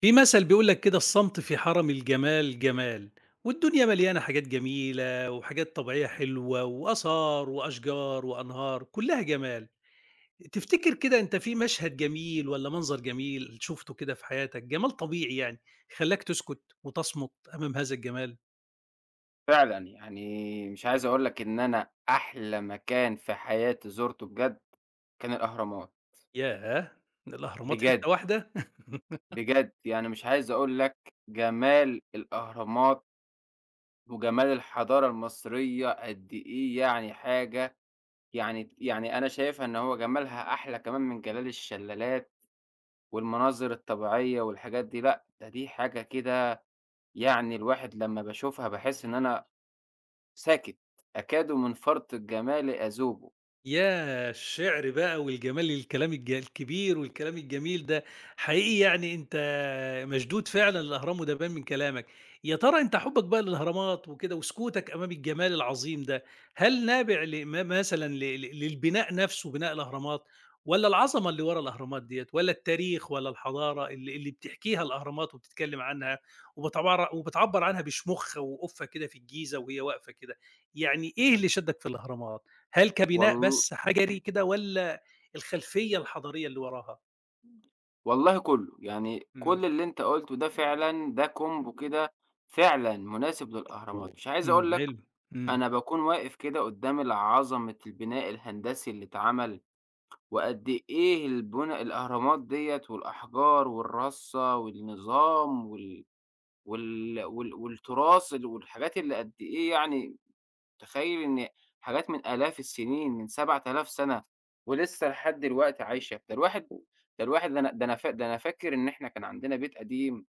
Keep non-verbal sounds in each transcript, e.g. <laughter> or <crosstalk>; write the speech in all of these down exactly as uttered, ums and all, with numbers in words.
في مثل بيقول لك كده، الصمت في حرم الجمال جمال. والدنيا مليانة حاجات جميلة وحاجات طبيعية حلوة وآثار وأشجار وأنهار كلها جمال. تفتكر كده أنت في مشهد جميل ولا منظر جميل شفته كده في حياتك، جمال طبيعي يعني خلاك تسكت وتصمت أمام هذا الجمال؟ فعلًا، يعني مش عايز أقول لك إن أنا أحلى مكان في حياتي زُرته بجد، كان الأهرامات، ياه. الأهرامات بجد، حتة واحدة. <laughs> بجد، يعني مش عايز أقول لك جمال الأهرامات وجمال الحضارة المصرية قد إيه يعني حاجة. يعني يعني أنا شايفها إن هو جمالها أحلى كمان من جمال الشلالات والمناظر الطبيعية والحاجات دي، لأ، ده دي حاجة كده، يعني الواحد لمّا باشوفها باحس إن أنا ساكت، أكاد من فرط الجمال أذوبه. ياه! الشعر بقى والجمال، الكلام الج الكبير والكلام الجميل ده، حقيقي يعني أنت مشدود فعلًا للأهرام وده بان من كلامك. يا ترى أنت حُبّك بقى للأهرامات وكده وسكوتك أمام الجمال العظيم ده، هل نابع لم مثلًا ل ل للبناء نفسه بناء الأهرامات، والّا العظمة اللي ورا الأهرامات ديّة، والّا التاريخ، والّا الحضارة اللي اللي بتحكيها الأهرامات وبتتكلم عنها وبتعبر وبتعبّر عنها بشموخها وقُفّة كده في الجيزة وهي واقفة كده، يعني إيه اللي شدّك في الأهرامات؟ هل كبناء وال بس حجري كده والّا الخلفية الحضارية اللي وراها؟ والله كله، يعني إمم. كل اللي أنت قُلته ده فعلًا ده كومبو كده فعلًا مناسب <unintelligible> للأهرامات، أوه! مش عايز إمم، أقول لك. حلو. إمم. أنا باكون واقف كده قدّام ال عظمة البناء الهندسي اللي اتعمل، وقد إيه البنا الأهرامات ديّة والأحجار والرصّة والنظام وال وال وال والتراث ال والحاجات اللي قد إيه، يعني متخيل إن حاجات من آلاف السنين، من سبعة آلاف سنة، ولسه لحد دلوقتي عايشة. ده الواحد ده الواحد ده أنا ده أنا فا ده أنا فاكر إن إحنا كان عندنا بيت قديم،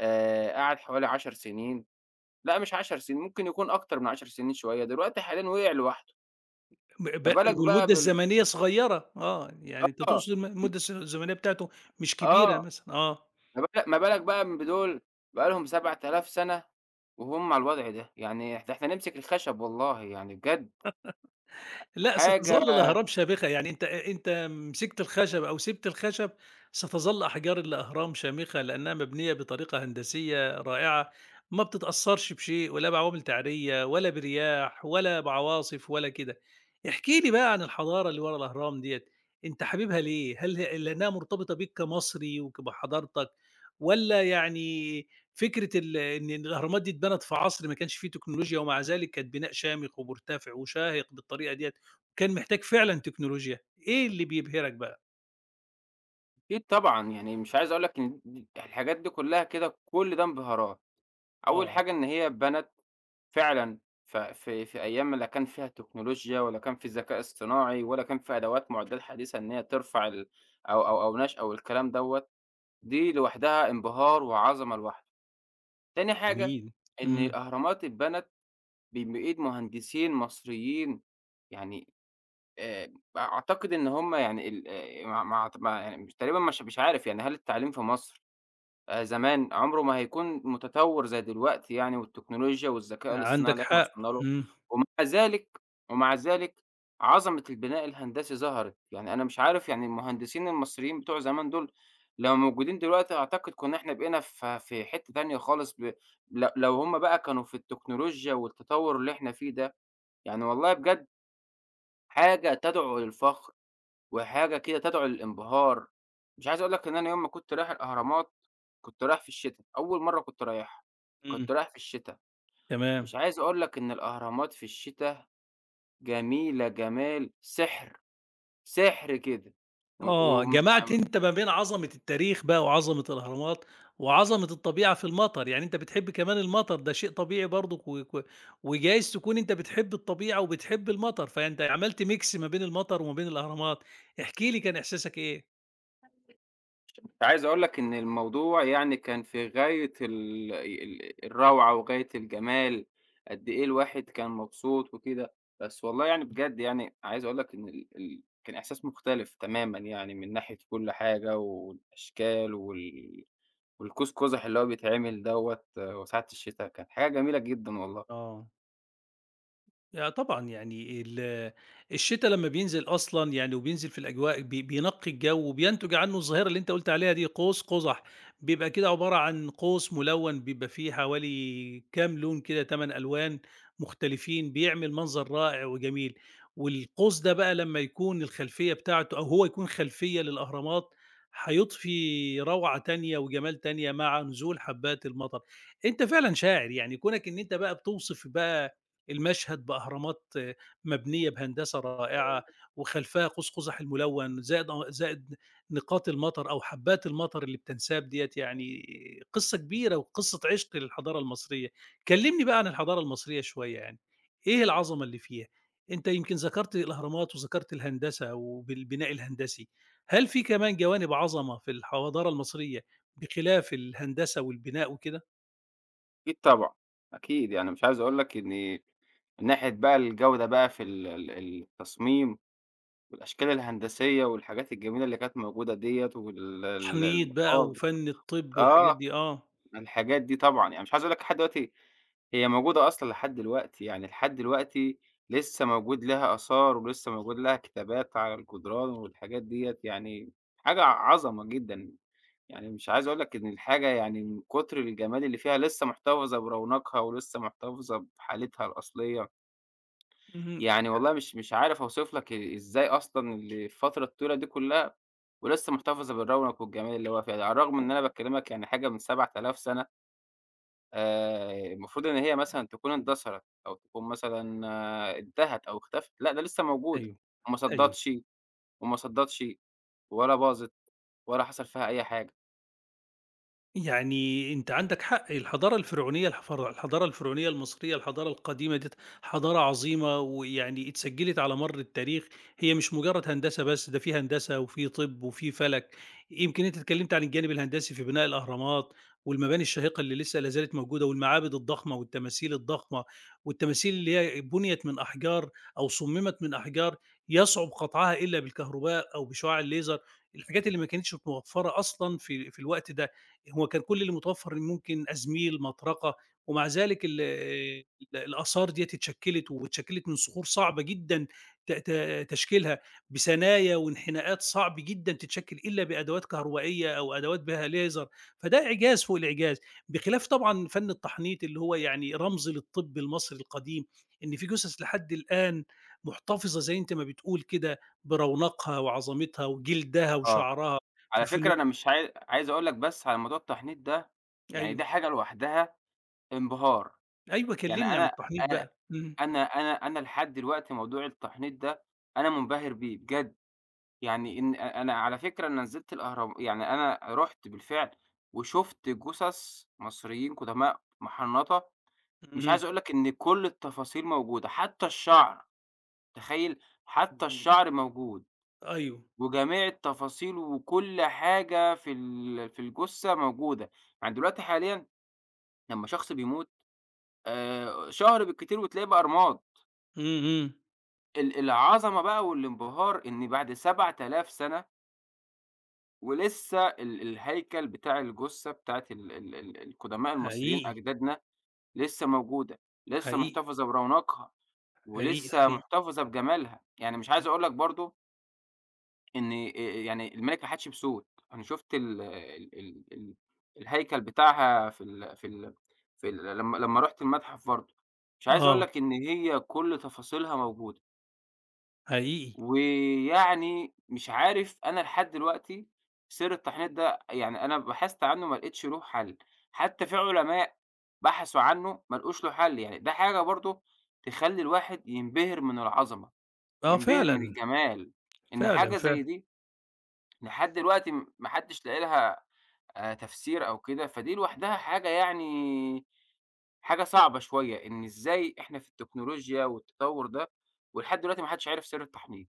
آآ، قعد حوالي 10 سنين، لأ مش 10 سنين، ممكن يكون أكتر من 10 سنين شوية، دلوقتي حاليًا وقع لوحده. ب ب ما بالك بقى والمدة بال الزمنية صغيرة، آه، يعني أنت آه، تقصد الم م المدة الس الزمنية بتاعته مش كبيرة آه، مثلًا، آه. ما بالك ما بالك بقى بدول، بقى لهم سبعة آلاف سنة وهُم على الوضع ده، يعني ده إحنا نمسك الخشب والله يعني بجد، لأ، حاجة. ستظل الأهرام شامخة، يعني أنت أ أنت مسكت الخشب أو سِبت الخشب، ستظل أحجار الأهرام شامخة، لأنها مبنية بطريقة هندسية رائعة، ما بتتأثّرش بشيء ولا بعوامل تعرية ولا برياح ولا بعواصف ولا كده. احكِ لي بقى عن الحضارة اللي ورا الأهرام ديّة، أنت حاببها ليه؟ هل ه لأنها مرتبطة بيك كمصري وبحضارتك والّا يعني فكرة ال إن الأهرامات دي اتبنت في عصر ما كانش في تكنولوجيا، ومع ذلك كانت بناء شامخ ومرتفع وشاهق بالطريقة ديّة، كان محتاج فعلًا تكنولوجيا، إيه اللي بيبهرك بقى؟ أكيد طبعًا، يعني مش عايز أقول لك إن د الحاجات دي كلّها كده كل ده انبهارات. أول آه، حاجة إن هي اتبنت فعلًا ف في في أيام لا كان فيها تكنولوجيا ولا كان في ذكاء اصطناعي ولا كان في أدوات معدات حديثة إن هي ترفع ال أو أو أو نشأ أو الكلام دوّة، دي لوحدها انبهار وعظمة لوحده. تاني حاجة جميل. إن إمم، الأهرامات اتبنت ب بإيد مهندسين مصريين، يعني آآ، أعتقد إن هُم، يعني ال آآ، ما ما أعت ما يعني مش تقريبًا، مش مش عارف، يعني هل التعليم في مصر آآ زمان عمره ما هيكون متطوّر زي دلوقتي يعني، والتكنولوجيا والذكاء الاصطناعي عندك اللي إحنا حق. وصلنا له، إمم. ومع ذلك ومع ذلك عظمة البناء الهندسي ظهرت. يعني أنا مش عارف، يعني المهندسين المصريين بتوع زمان دول لو موجودين دلوقتي أعتقد كُنّا إحنا بقينا في في حتّة تانية خالص، ب ل لو هُم بقى كانوا في التكنولوجيا والتطوّر اللي إحنا فيه ده، يعني والله بجد حاجة تدعو للفخر. وحاجة كده تدعو للانبهار. مش عايز أقول لك إن أنا يوم ما كنت رايح الأهرامات، كنت رايح في الشتا، أول مرّة كنت رايحها، إمم. كنت رايح في الشتا. مش تمام. عايز أقول لك إن الأهرامات في الشتا جميلة جمال سحر، سحر كده. و آه، ومش جمعت ع أنت ما بين عظمة التاريخ بقى وعظمة الأهرامات، وعظمة الطبيعة في المطر، يعني أنت بتحب كمان المطر، ده شيء طبيعي برضك، و ك وجايز تكون أنت بتحب الطبيعة وبتحب المطر، فأنت عملت mix ما بين المطر وما بين الأهرامات، احكِ لي كان إحساسك إيه؟ عايز أقول لك إن الموضوع يعني كان في غاية ال ال الروعة وغاية الجمال، قد إيه الواحد كان مبسوط وكده، بس والله يعني بجد، يعني عايز أقول لك إن ال ال كان إحساس مختلف تمامًا، يعني من ناحية كل حاجة والأشكال وال والقوس قزح اللي هو بيتعمل دوّة وساعة الشتا، كانت حاجة جميلة جدًا والله. آه. آه طبعًا، يعني ال الشتا لمّا بينزل أصلًا يعني وبينزل في الأجواء بي بينقّي الجو، وبينتج عنّه الظاهرة اللي أنت قُلت عليها دي قوس قُزح، بيبقى كده عبارة عن قوس ملوّن بيبقى فيه حوالي كام لون كده، ثمانية ألوان مختلفين، بيعمل منظر رائع وجميل، والقوس ده بقى لمّا يكون الخلفية بتاعته أو هو يكون خلفية للأهرامات، هيُضفي روعة تانية وجمال تانية مع نزول حبّات المطر. أنت فعلًا شاعر، يعني كونك إن أنت بقى بتوصف بقى المشهد بأهرامات مبنية بهندسة رائعة وخلفها قوس قزح الملون زائد زائد نقاط المطر أو حبات المطر اللي بتنساب ديّة، يعني قصة كبيرة وقصة عشق للحضارة المصرية. كلمني بقى عن الحضارة المصرية شوية يعني، إيه العظمة اللي فيها؟ أنت يمكن ذكرت الأهرامات وذكرت الهندسة وبالبناء الهندسي، هل في كمان جوانب عظمة في الحضارة المصرية بخلاف الهندسة والبناء وكده؟ أكيد طبعًا، أكيد، يعني مش عايز أقول لك إن من ناحية بقى الجودة بقى في ال ال التصميم والأشكال الهندسية والحاجات الجميلة اللي كانت موجودة ديّة وال ال تحنيط بقى المقابر، وفن الطب والحاجات آه، دي، آه. الحاجات دي طبعًا، يعني مش عايز أقول لك لحد دلوقتي هي موجودة أصلًا لحد دلوقتي، يعني لحد دلوقتي لسه موجود لها آثار ولسه موجود لها كتابات على الجدران والحاجات ديّة، يعني حاجة عظمة جدًا. يعني مش عايز أقول لك إن الحاجة، يعني من كتر الجمال اللي فيها لسه محتفظة برونقها ولسه محتفظة بحالتها الأصلية. اهم. يعني والله مش مش عارف أوصف لك إ إزاي أصلًا اللي الفترة الطويلة دي كلّها ولسه محتفظة بالرونق والجمال اللي هو فيها ده، على الرغم إن أنا باكلمك يعني حاجة من سبعة آلاف سنة. آآ، المفروض إن هي مثلًا تكون اندثرت أو تكون مثلًا آه، انتهت أو اختفت، لأ ده لسه موجودة، أيوه، وما أيوه. صدّتش وما صدّتش ولا باظت ولا حصل فيها أي حاجة. يعني أنت عندك حق، الحضارة الفرعونية الحفر الحضارة الفرعونية المصرية، الحضارة القديمة ديّة حضارة عظيمة، ويعني اتسجّلت على مَر التاريخ، هي مش مجرّد هندسة بس، ده في هندسة وفي طِب وفي فَلَك. يمكن أنت اتكلّمت عن الجانب الهندسي في بناء الأهرامات والمباني الشاهقة اللي لسه لا زالت موجودة والمعابد الضخمة والتماثيل الضخمة، والتماثيل اللي هي بُنيت من أحجار أو صُمِّمت من أحجار يصعُب قطعها إلا بالكهرباء أو بشُعاع الليزر، الحاجات اللي ما كانتش متوفّرة أصلًا في في الوقت ده. هو كان كل اللي متوفر ممكن أزميل، مطرقة، ومع ذلك ال ال الآثار ديّة اتشكّلت واتشكّلت من صخور صعبة جدًا ت ت تشكيلها، بثنايا وانحناءات صعب جدًا تتشكّل إلا بأدوات كهربائية أو أدوات بها ليزر، فده إعجاز فوق الإعجاز، بخلاف طبعًا فن التحنيط اللي هو يعني رمز للطب المصري القديم، إن في جثث لحد الآن محتفظة زي أنت ما بتقول كده برونقها وعظمتها وجلدها آه، وشعرها. ف على في الم فكرة أنا مش عاي عايز أقول لك بس على موضوع التحنيط ده، يعني دي أيوه. حاجة لوحدها انبهار. أيوه يعني كلّمني عن أنا التحنيط أنا بقى. إمم. أنا أنا أنا لحد دلوقتي موضوع التحنيط ده أنا منبهر بيه بجد، يعني إن أ أنا على فكرة أنا نزلت الأهرم، يعني أنا رُحت بالفعل وشُفت جثث مصريين قدماء محنطة. مش اهم. عايز أقول لك إن كل التفاصيل موجودة، حتى الشعر، تخيل حتى اهم. الشعر موجود، أيوه. وجميع التفاصيل وكل حاجة في ال في الجثة موجودة. يعني دلوقتي حاليًا لمّا شخص بيموت، آآ، شهر بالكتير وتلاقيه بقى رماد. إمم. إمم. ال العظمة بقى والانبهار إن بعد سبعة آلاف سنة ولسه ال الهيكل بتاع الجثة بتاعة ال ال ال القدماء المصريين حقيقي. أجدادنا لسه موجودة، لسه حقيقي. محتفظة برونقها، حقيقي. ولسه حقيقي. محتفظة بجمالها. يعني مش عايز أقول لك برضه إن، آآ يعني الملكة حتشبسوت، أنا شُفت ال ال ال ال الهيكل بتاعها في ال في ال في ال لمّا لمّا رُحت المتحف برضه، مش عايز أقول آه. لك إن هي كل تفاصيلها موجودة. حقيقي. ويعني مش عارف أنا لحد دلوقتي سر التحنيط ده، يعني أنا بحثت عنه ما لقيتش له حل، حتى في علماء بحثوا عنه ما لقوش له حل، يعني ده حاجة برضه تخلّي الواحد ينبهر من العظمة، آه ينبهر من فعلًا. الجمال، إن فعلًا. حاجة زي فعلًا. دي لحد دلوقتي م ما حدش لاقي لها آآ تفسير أو كده، فدي لوحدها حاجة، يعني حاجة صعبة شوية، إن إزاي إحنا في التكنولوجيا والتطوّر ده ولحد دلوقتي ما حدش عرف سر التحنيط،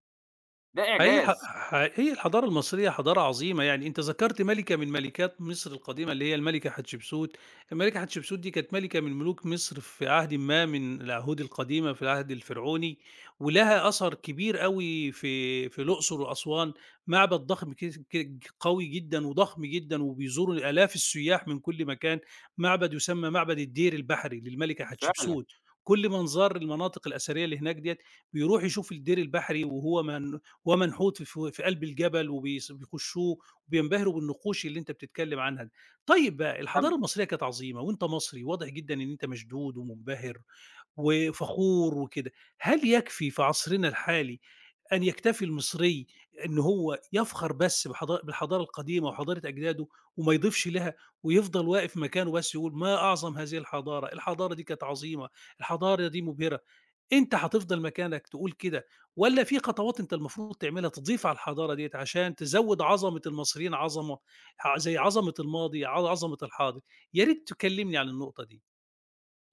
ده هي الح إعجاز. ح هي الحضارة المصرية حضارة عظيمة، يعني أنت ذكرت مَلِكة من ملكات مصر القديمة اللي هي المَلِكة حتشبسوت، المَلِكة حتشبسوت دي كانت مَلِكة من ملوك مصر في عهدٍ ما من العهود القديمة في العهد الفرعوني، ولها أثر كبير أوي في في الأقصر وأسوان، معبد ضخم كس ك قوي جدًا وضخم جدًا وبيزوره آلاف السياح من كل مكان، معبد يسمى معبد الدير البحري للمَلِكة فعلًا. حتشبسوت، كل من زار المناطق الأثرية اللي هناك ديّة بيروح يشوف الدير البحري، وهو من ومنحوت في في قلب الجبل، وبيس- وبيخشوه وبينبهروا بالنقوش اللي انت بتتكلم عنها دي. طيب بقى طب، الحضاره المصريه كانت عظيمه، وانت مصري، واضح جدا ان انت مشدود ومنبهر وفخور وكده. هل يكفي في عصرنا الحالي ان يكتفي المصري ان هو يفخر بس بحضا- بالحضاره القديمه وحضاره اجداده وما يضيفش لها، ويفضل واقف مكانه بس يقول ما اعظم هذه الحضاره. الحضاره دي كانت عظيمه، الحضاره دي مبهره، أنت هتفضل مكانك تقول كده، والّا في خطوات أنت المفروض تعملها تضيف على الحضارة ديّة عشان تزوّد عظمة المصريين عظمة، ع زي عظمة الماضي، ع عظمة الحاضر؟ يا ريت تكلّمني عن النقطة دي.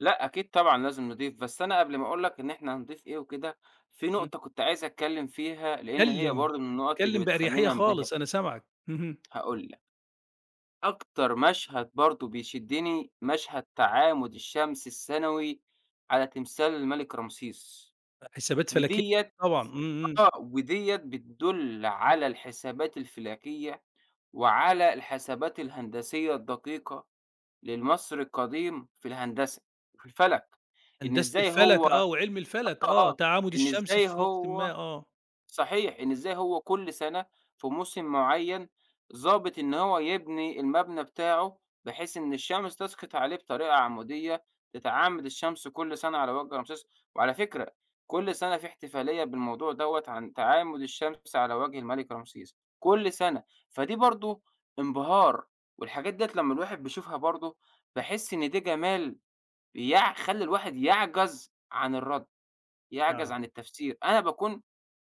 لأ، أكيد طبعًا لازم نضيف، بس أنا قبل ما أقول لك إن إحنا هنضيف إيه وكده، في إمم. نقطة كنت عايز أتكلّم فيها، لإن هي اتكلّم، برضه من إمم. النقط اللي اتكلّم بأريحية بتخلّيني أنبهر، خالص، أنا سامعك. اهم. هاقول لك. أكتر مشهد برضه بيشدّني، مشهد تعامد الشمس الثانوي على تمثال الملك رمسيس، حسابات فلكية وديّة طبعًا. إمم. إمم. آه، وديّة بتدُل على الحسابات الفلكية، وعلى الحسابات الهندسية الدقيقة للمصري القديم في الهندسة، في الفلك، إن هندسة إزاي الفلك هو آه، وعلم الفلك آه، آه، آه، تعامد إن الشمس إزاي في وقتٍ ما هو آه. صحيح، إن إزاي هو كل سَنة في موسم معيّن ضابط إن هو يبني المبنى بتاعه، بحيث إن الشمس تسقط عليه بطريقة عمودية، تتعامد الشمس كل سَنة على وجه رمسيس. وعلى فكرة كل سَنة في احتفالية بالموضوع دوّة عن تعامد الشمس على وجه الملك رمسيس، كل سَنة، فدي برضه انبهار، والحاجات ديّة لمّا الواحد بيشوفها برضه باحس إن ده جمال بيع يخلّي الواحد يعجز عن الرَّد. يعجز نعم، عن التفسير. أنا باكون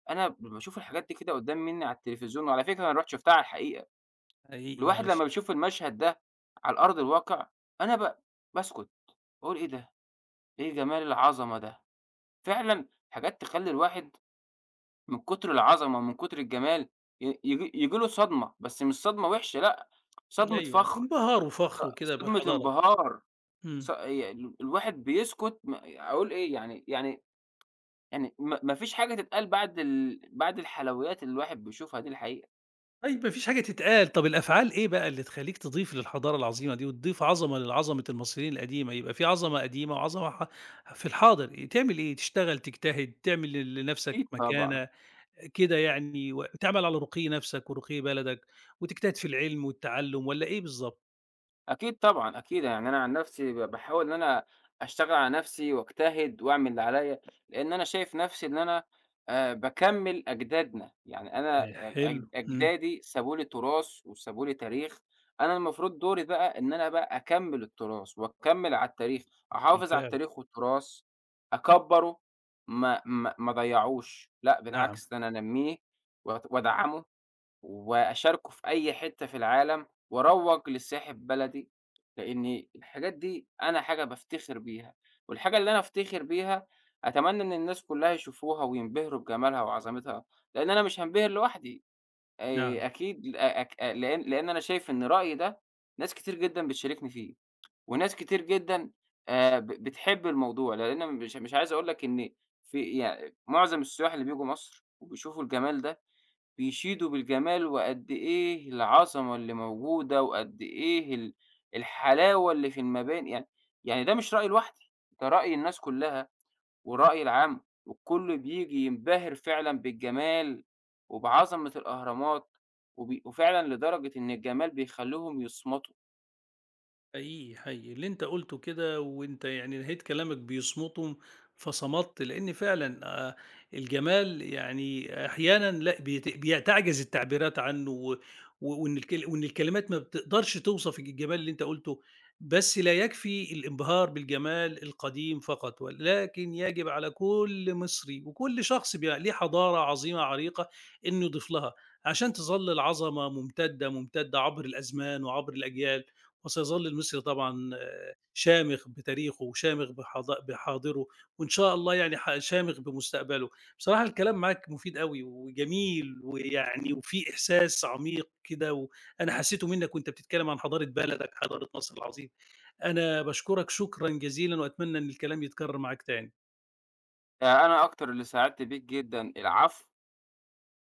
أنا لمّا باشوف الحاجات دي كده قدّام منّي على التلفزيون، وعلى فكرة أنا رُحت شُفتها على الحقيقة، حقيقي الواحد ماشي. لمّا بيشوف المشهد ده على أرض الواقع أنا ب باسكت، باقول إيه ده، إيه جمال العظمة ده، فعلًا حاجات تخلّي الواحد من كتر العظمة ومن كتر الجمال ي ييجي ييجي له صدمة، بس مش صدمة وحشة، لأ، صدمة أيوه، فخر، انبهار ص وفخر وكده صدمة بالحضارة. انبهار. ص إمم. ي الواحد بيسكت، م أقول إيه يعني، يعني يعني ما ما فيش حاجة تتقال بعد ال بعد الحلويات اللي الواحد بيشوفها دي الحقيقة. طيب ما فيش حاجة تتقال، طب الأفعال إيه بقى اللي تخلّيك تضيف للحضارة العظيمة دي، وتضيف عظمة لعظمة المصريين القديمة، يبقى في عظمة قديمة وعظمة ح في الحاضر، آآ تعمل إيه؟ تشتغل، تجتهد، تعمل ل لنفْسك أكيد طبعًا. مكانة، كده يعني، و تعمل على رقي نفْسك ورقي بلدك، وتجتهد في العلم والتعلُّم، والّا إيه بالضبط؟ أكيد طبعًا، أكيد، يعني أنا عن نفسي ب باحاول إن أنا أشتغل على نفسي وأجتهد وأعمل اللي عليَّ، لإن أنا شايف نفسي إن أنا آآ باكمّل أجدادنا، يعني أنا صحيح. أ أج حلو. إمم. أجدادي سابوا لي تراث وسابوا لي تاريخ، أنا المفروض دوري بقى إن أنا بقى أكمّل التراث وأكمّل على التاريخ، أحافظ على بالفعل. التاريخ والتراث، أكبّره، ما ما ما أضيّعوش، لأ نعم. بالعكس ده أنا أنمّيه وأت وأدعّمه. وأشاركه في أي حتّة في العالم، وأروّج لسياحة بلدي، لإن الحاجات دي أنا حاجة بافتخر بيها، والحاجة اللي أنا أفتخر بيها أتمنى إن الناس كلّها يشوفوها وينبهروا بجمالها وعظمتها، لإن أنا مش هانبهر لوحدي. نعم. آآ أكيد، أ أك أ لإن لإن أنا شايف إن رأيي ده ناس كتير جدًا بتشاركني فيه، وناس كتير جدًا آآ ب بتحب الموضوع، لإن مش مش عايز أقول لك إن في، يع معظم السياح اللي بييجوا مصر وبيشوفوا الجمال ده بيشيدوا بالجمال وقد إيه العظمة اللي موجودة وقد إيه ال الحلاوة اللي في المباني، يعني يعني ده مش رأي لوحدي، ده رأي الناس كلّها والرأي العام، والكل بييجي ينبهر فعلًا بالجمال وبعظمة الأهرامات، وبي وفعلًا لدرجة إن الجمال بيخلّيهم يصمتوا. حقيقي، حقيقي، اللي أنت قُلته كده وأنت يعني نهاية كلامك بيصمتم، فصمتّ لإن فعلًا آآ الجمال يعني أحيانًا لأ بيت بي تعجز التعبيرات عنه و و- وإن الكل وإن الكلمات ما بتقدرش توصف الجمال اللي أنت قُلته، بس لا يكفي الانبهار بالجمال القديم فقط، ولكن يجب على كل مصري وكل شخص بيبقى ليه حضارة عظيمة عريقة إنه يضيف لها، عشان تظل العظمة ممتدة، ممتدة عبر الأزمان وعبر الأجيال. وسيظل المصري طبعًا آه، شامخ بتاريخه وشامخ بحضا بحاضره، وإن شاء الله يعني ح شامخ بمستقبله. بصراحة الكلام معاك مفيد أوي وجميل ويعني وفيه إحساس عميق كده، و أنا حسيته منّك وأنت بتتكلم عن حضارة بلدك، حضارة مصر العظيمة. أنا باشكرك شكرًا جزيلًا وأتمنى إن الكلام يتكرر معاك تاني. ده أنا أكتر اللي سعدت بيك جدًا، العفو.